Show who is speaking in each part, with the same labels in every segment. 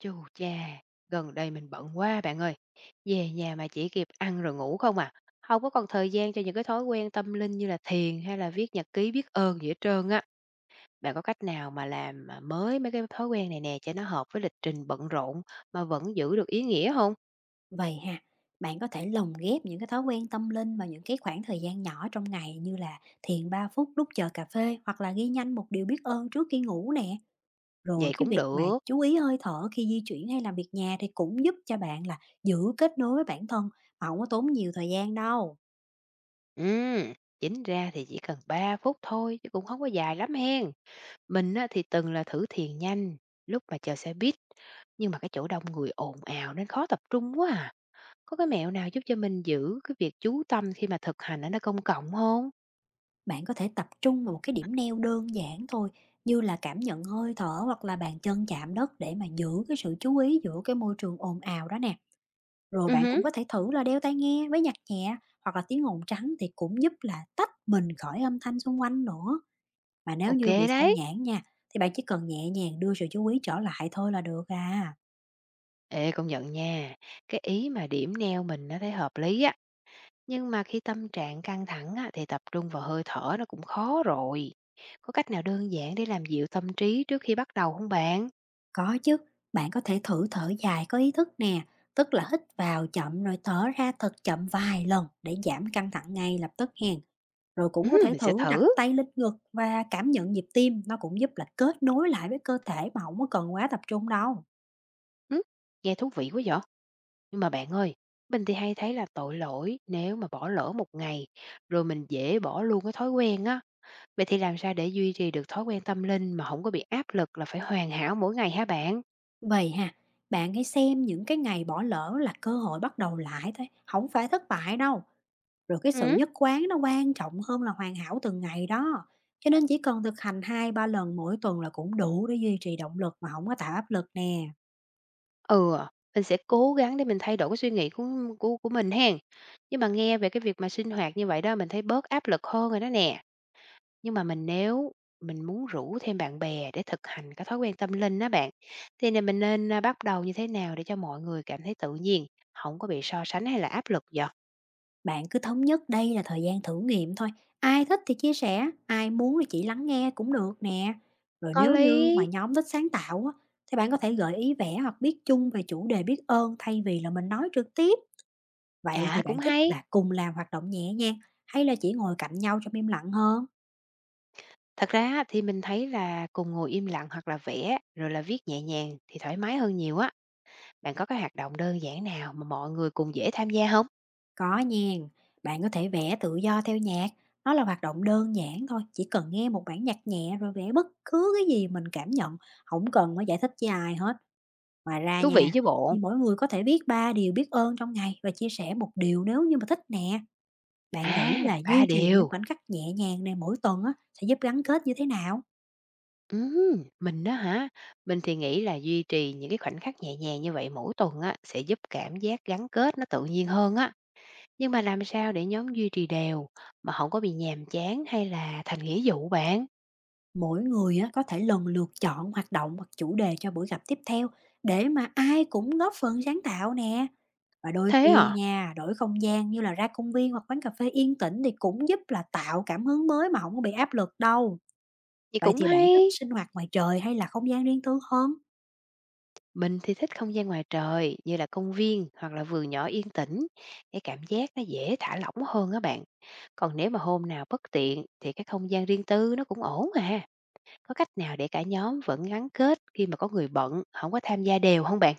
Speaker 1: Chu cha, gần đây mình bận quá bạn ơi. Về nhà mà chỉ kịp ăn rồi ngủ không à. Không có còn thời gian cho những cái thói quen tâm linh như là thiền hay là viết nhật ký biết ơn gì hết trơn á. Bạn có cách nào mà làm à, mới mấy cái thói quen này nè cho nó hợp với lịch trình bận rộn mà vẫn giữ được ý nghĩa không?
Speaker 2: Vậy ha, bạn có thể lồng ghép những cái thói quen tâm linh vào những cái khoảng thời gian nhỏ trong ngày, như là thiền 3 phút lúc chờ cà phê hoặc là ghi nhanh một điều biết ơn trước khi ngủ nè. Rồi
Speaker 1: Vậy
Speaker 2: cái
Speaker 1: cũng
Speaker 2: việc mà
Speaker 1: được.
Speaker 2: chú ý hơi thở khi di chuyển hay làm việc nhà thì cũng giúp cho bạn là giữ kết nối với bản thân mà không có tốn nhiều thời gian đâu.
Speaker 1: Ừ, chính ra thì chỉ cần 3 phút thôi chứ cũng không có dài lắm hen. Mình á, thì từng là thử thiền nhanh lúc mà chờ xe buýt nhưng mà cái chỗ đông người ồn ào nên khó tập trung quá à. Có cái mẹo nào giúp cho mình giữ cái việc chú tâm khi mà thực hành ở nơi công cộng không?
Speaker 2: Bạn có thể tập trung vào một cái điểm neo đơn giản thôi, như là cảm nhận hơi thở hoặc là bàn chân chạm đất, để mà giữ cái sự chú ý giữa cái môi trường ồn ào đó nè. Rồi
Speaker 1: Ừ,
Speaker 2: bạn
Speaker 1: hứm.
Speaker 2: cũng có thể thử là đeo tai nghe với nhạc nhẹ hoặc là tiếng ồn trắng, thì cũng giúp là tách mình khỏi âm thanh xung quanh nữa. Mà nếu
Speaker 1: OK
Speaker 2: như bị sao
Speaker 1: đấy.
Speaker 2: nhãng nha, thì bạn chỉ cần nhẹ nhàng đưa sự chú ý trở lại thôi là được à.
Speaker 1: Ê, công nhận nha, cái ý mà điểm neo mình nó thấy hợp lý á, nhưng mà khi tâm trạng căng thẳng á, thì tập trung vào hơi thở nó cũng khó rồi. Có cách nào đơn giản để làm dịu tâm trí trước khi bắt đầu không bạn?
Speaker 2: Có chứ, bạn có thể thử thở dài có ý thức nè, tức là hít vào chậm rồi thở ra thật chậm vài lần để giảm căng thẳng ngay lập tức hèn. Rồi cũng có thể
Speaker 1: Mình sẽ
Speaker 2: thử đặt
Speaker 1: thử.
Speaker 2: tay lên ngực và cảm nhận nhịp tim, nó cũng giúp là kết nối lại với cơ thể mà không có cần quá tập trung đâu.
Speaker 1: Ừm, nghe thú vị quá vậy! Nhưng mà bạn ơi, mình thì hay thấy là tội lỗi nếu mà bỏ lỡ một ngày, rồi mình dễ bỏ luôn cái thói quen á. Vậy thì làm sao để duy trì được thói quen tâm linh mà không có bị áp lực là phải hoàn hảo mỗi ngày hả bạn?
Speaker 2: Vậy ha, bạn hãy xem những cái ngày bỏ lỡ là cơ hội bắt đầu lại thôi, không phải thất bại đâu. Rồi cái sự
Speaker 1: Ừm.
Speaker 2: nhất quán nó quan trọng hơn là hoàn hảo từng ngày đó. Cho nên chỉ cần thực hành 2 3 lần mỗi tuần là cũng đủ để duy trì động lực mà không có tạo áp lực nè.
Speaker 1: Ừ, mình sẽ cố gắng để mình thay đổi cái suy nghĩ của mình hen. Nhưng mà nghe về cái việc mà sinh hoạt như vậy đó, mình thấy bớt áp lực hơn rồi đó nè. Nhưng mà mình muốn rủ thêm bạn bè để thực hành cái thói quen tâm linh đó bạn, thì nè mình nên, bắt đầu như thế nào để cho mọi người cảm thấy tự nhiên, không có bị so sánh hay là áp lực vậy?
Speaker 2: Bạn cứ thống nhất đây là thời gian thử nghiệm thôi. Ai thích thì chia sẻ, ai muốn thì chỉ lắng nghe cũng được nè. Rồi
Speaker 1: Có
Speaker 2: nếu như mà
Speaker 1: lý.
Speaker 2: nhóm thích sáng tạo á, thì bạn có thể gợi ý vẽ hoặc viết chung về chủ đề biết ơn, thay vì là mình nói trực tiếp. Vậy
Speaker 1: À,
Speaker 2: thì
Speaker 1: cũng
Speaker 2: bạn thích
Speaker 1: hay.
Speaker 2: là cùng làm hoạt động nhẹ nhàng hay là chỉ ngồi cạnh nhau trong im lặng hơn?
Speaker 1: Thật ra á, thì mình thấy là cùng ngồi im lặng hoặc là vẽ, rồi là viết nhẹ nhàng thì thoải mái hơn nhiều á. Bạn có cái hoạt động đơn giản nào mà mọi người cùng dễ tham gia không?
Speaker 2: Có nha, bạn có thể vẽ tự do theo nhạc. Nó là hoạt động đơn giản thôi, chỉ cần nghe một bản nhạc nhẹ rồi vẽ bất cứ cái gì mình cảm nhận, không cần phải giải thích với ai hết. Ngoài ra
Speaker 1: Thú
Speaker 2: nha,
Speaker 1: vị chứ bộ.
Speaker 2: thì mỗi người có thể viết 3 điều biết ơn trong ngày và chia sẻ một điều nếu như mà thích nè. Bạn nghĩ
Speaker 1: À,
Speaker 2: là
Speaker 1: 3
Speaker 2: duy trì những
Speaker 1: điều.
Speaker 2: khoảnh khắc nhẹ nhàng này mỗi tuần á, sẽ giúp gắn kết như thế nào?
Speaker 1: Mình đó hả? Mình thì nghĩ là duy trì những cái khoảnh khắc nhẹ nhàng như vậy mỗi tuần á, sẽ giúp cảm giác gắn kết nó tự nhiên hơn á. Nhưng mà làm sao để nhóm duy trì đều, mà không có bị nhàm chán hay là thành nghĩa vụ bạn?
Speaker 2: Mỗi người á, có thể lần lượt chọn hoạt động hoặc chủ đề cho buổi gặp tiếp theo, để mà ai cũng góp phần sáng tạo nè. Và đôi
Speaker 1: Thế
Speaker 2: khi
Speaker 1: à?
Speaker 2: nha, đổi không gian như là ra công viên hoặc quán cà phê yên tĩnh thì cũng giúp là tạo cảm hứng mới mà không có bị áp lực đâu.
Speaker 1: Vậy
Speaker 2: Vậy
Speaker 1: cũng
Speaker 2: thì bạn thích
Speaker 1: hay.
Speaker 2: sinh hoạt ngoài trời hay là không gian riêng tư hơn?
Speaker 1: Mình thì thích không gian ngoài trời như là công viên hoặc là vườn nhỏ yên tĩnh để cảm giác nó dễ thả lỏng hơn á bạn. Còn nếu mà hôm nào bất tiện thì cái không gian riêng tư nó cũng ổn à. Có cách nào để cả nhóm vẫn gắn kết khi mà có người bận không có tham gia đều không bạn?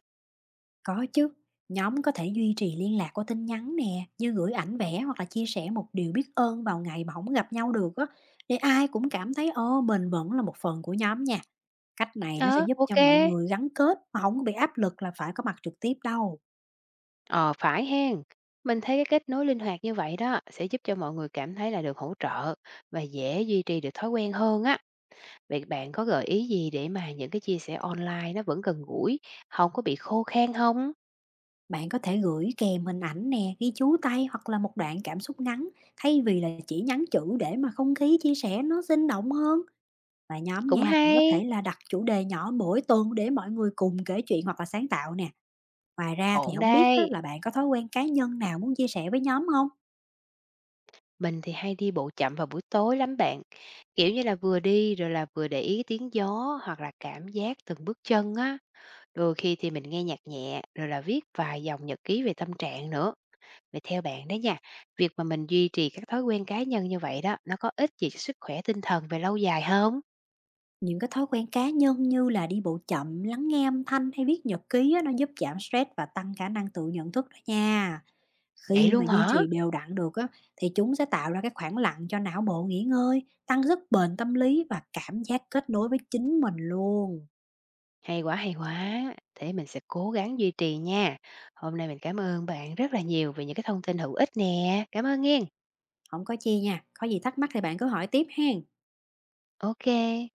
Speaker 2: Có chứ, nhóm có thể duy trì liên lạc qua tin nhắn nè, như gửi ảnh vẽ hoặc là chia sẻ một điều biết ơn vào ngày mà không gặp nhau được á, để ai cũng cảm thấy ô, mình vẫn là một phần của nhóm nha. Cách này nó sẽ
Speaker 1: Ờ,
Speaker 2: giúp cho
Speaker 1: ok.
Speaker 2: mọi người gắn kết mà không có bị áp lực là phải có mặt trực tiếp đâu.
Speaker 1: Ờ, phải hen. Mình thấy cái kết nối linh hoạt như vậy đó sẽ giúp cho mọi người cảm thấy là được hỗ trợ và dễ duy trì được thói quen hơn á. Vậy bạn có gợi ý gì để mà những cái chia sẻ online nó vẫn gần gũi, không có bị khô khan không?
Speaker 2: Bạn có thể gửi kèm hình ảnh nè, ghi chú tay hoặc là một đoạn cảm xúc ngắn, thay vì là chỉ nhắn chữ, để mà không khí chia sẻ nó sinh động hơn. Và nhóm
Speaker 1: Cũng
Speaker 2: nha cũng có
Speaker 1: hay,
Speaker 2: thể là đặt chủ đề nhỏ mỗi tuần để mọi người cùng kể chuyện hoặc là sáng tạo nè. Ngoài ra thì
Speaker 1: ổn
Speaker 2: không biết á,
Speaker 1: đây.
Speaker 2: là bạn có thói quen cá nhân nào muốn chia sẻ với nhóm không?
Speaker 1: Mình thì hay đi bộ chậm vào buổi tối lắm bạn, kiểu như là, vừa đi rồi là vừa để ý tiếng gió hoặc là cảm giác từng bước chân á. Đôi khi thì mình nghe nhạc nhẹ, rồi là viết vài dòng nhật ký về tâm trạng nữa. Vậy theo bạn đó nha, việc mà mình duy trì các thói quen cá nhân như vậy đó, nó có ích gì cho sức khỏe tinh thần về lâu dài không?
Speaker 2: Những cái thói quen cá nhân như là đi bộ chậm, lắng nghe âm thanh hay viết nhật ký á, nó giúp giảm stress và tăng khả năng tự nhận thức đó nha.
Speaker 1: Vậy
Speaker 2: Khi mà
Speaker 1: luôn
Speaker 2: duy
Speaker 1: hả?
Speaker 2: trì đều đặn được á, thì chúng sẽ tạo ra cái khoảng lặng cho não bộ nghỉ ngơi, tăng sức bền tâm lý và cảm giác kết nối với chính mình luôn.
Speaker 1: Hay quá, hay quá! Thế mình sẽ cố gắng duy trì nha. Hôm nay mình cảm ơn bạn rất là nhiều về những cái thông tin hữu ích nè. Cảm ơn nghen.
Speaker 2: Không có chi nha, có gì thắc mắc thì bạn cứ hỏi tiếp hen.
Speaker 1: OK.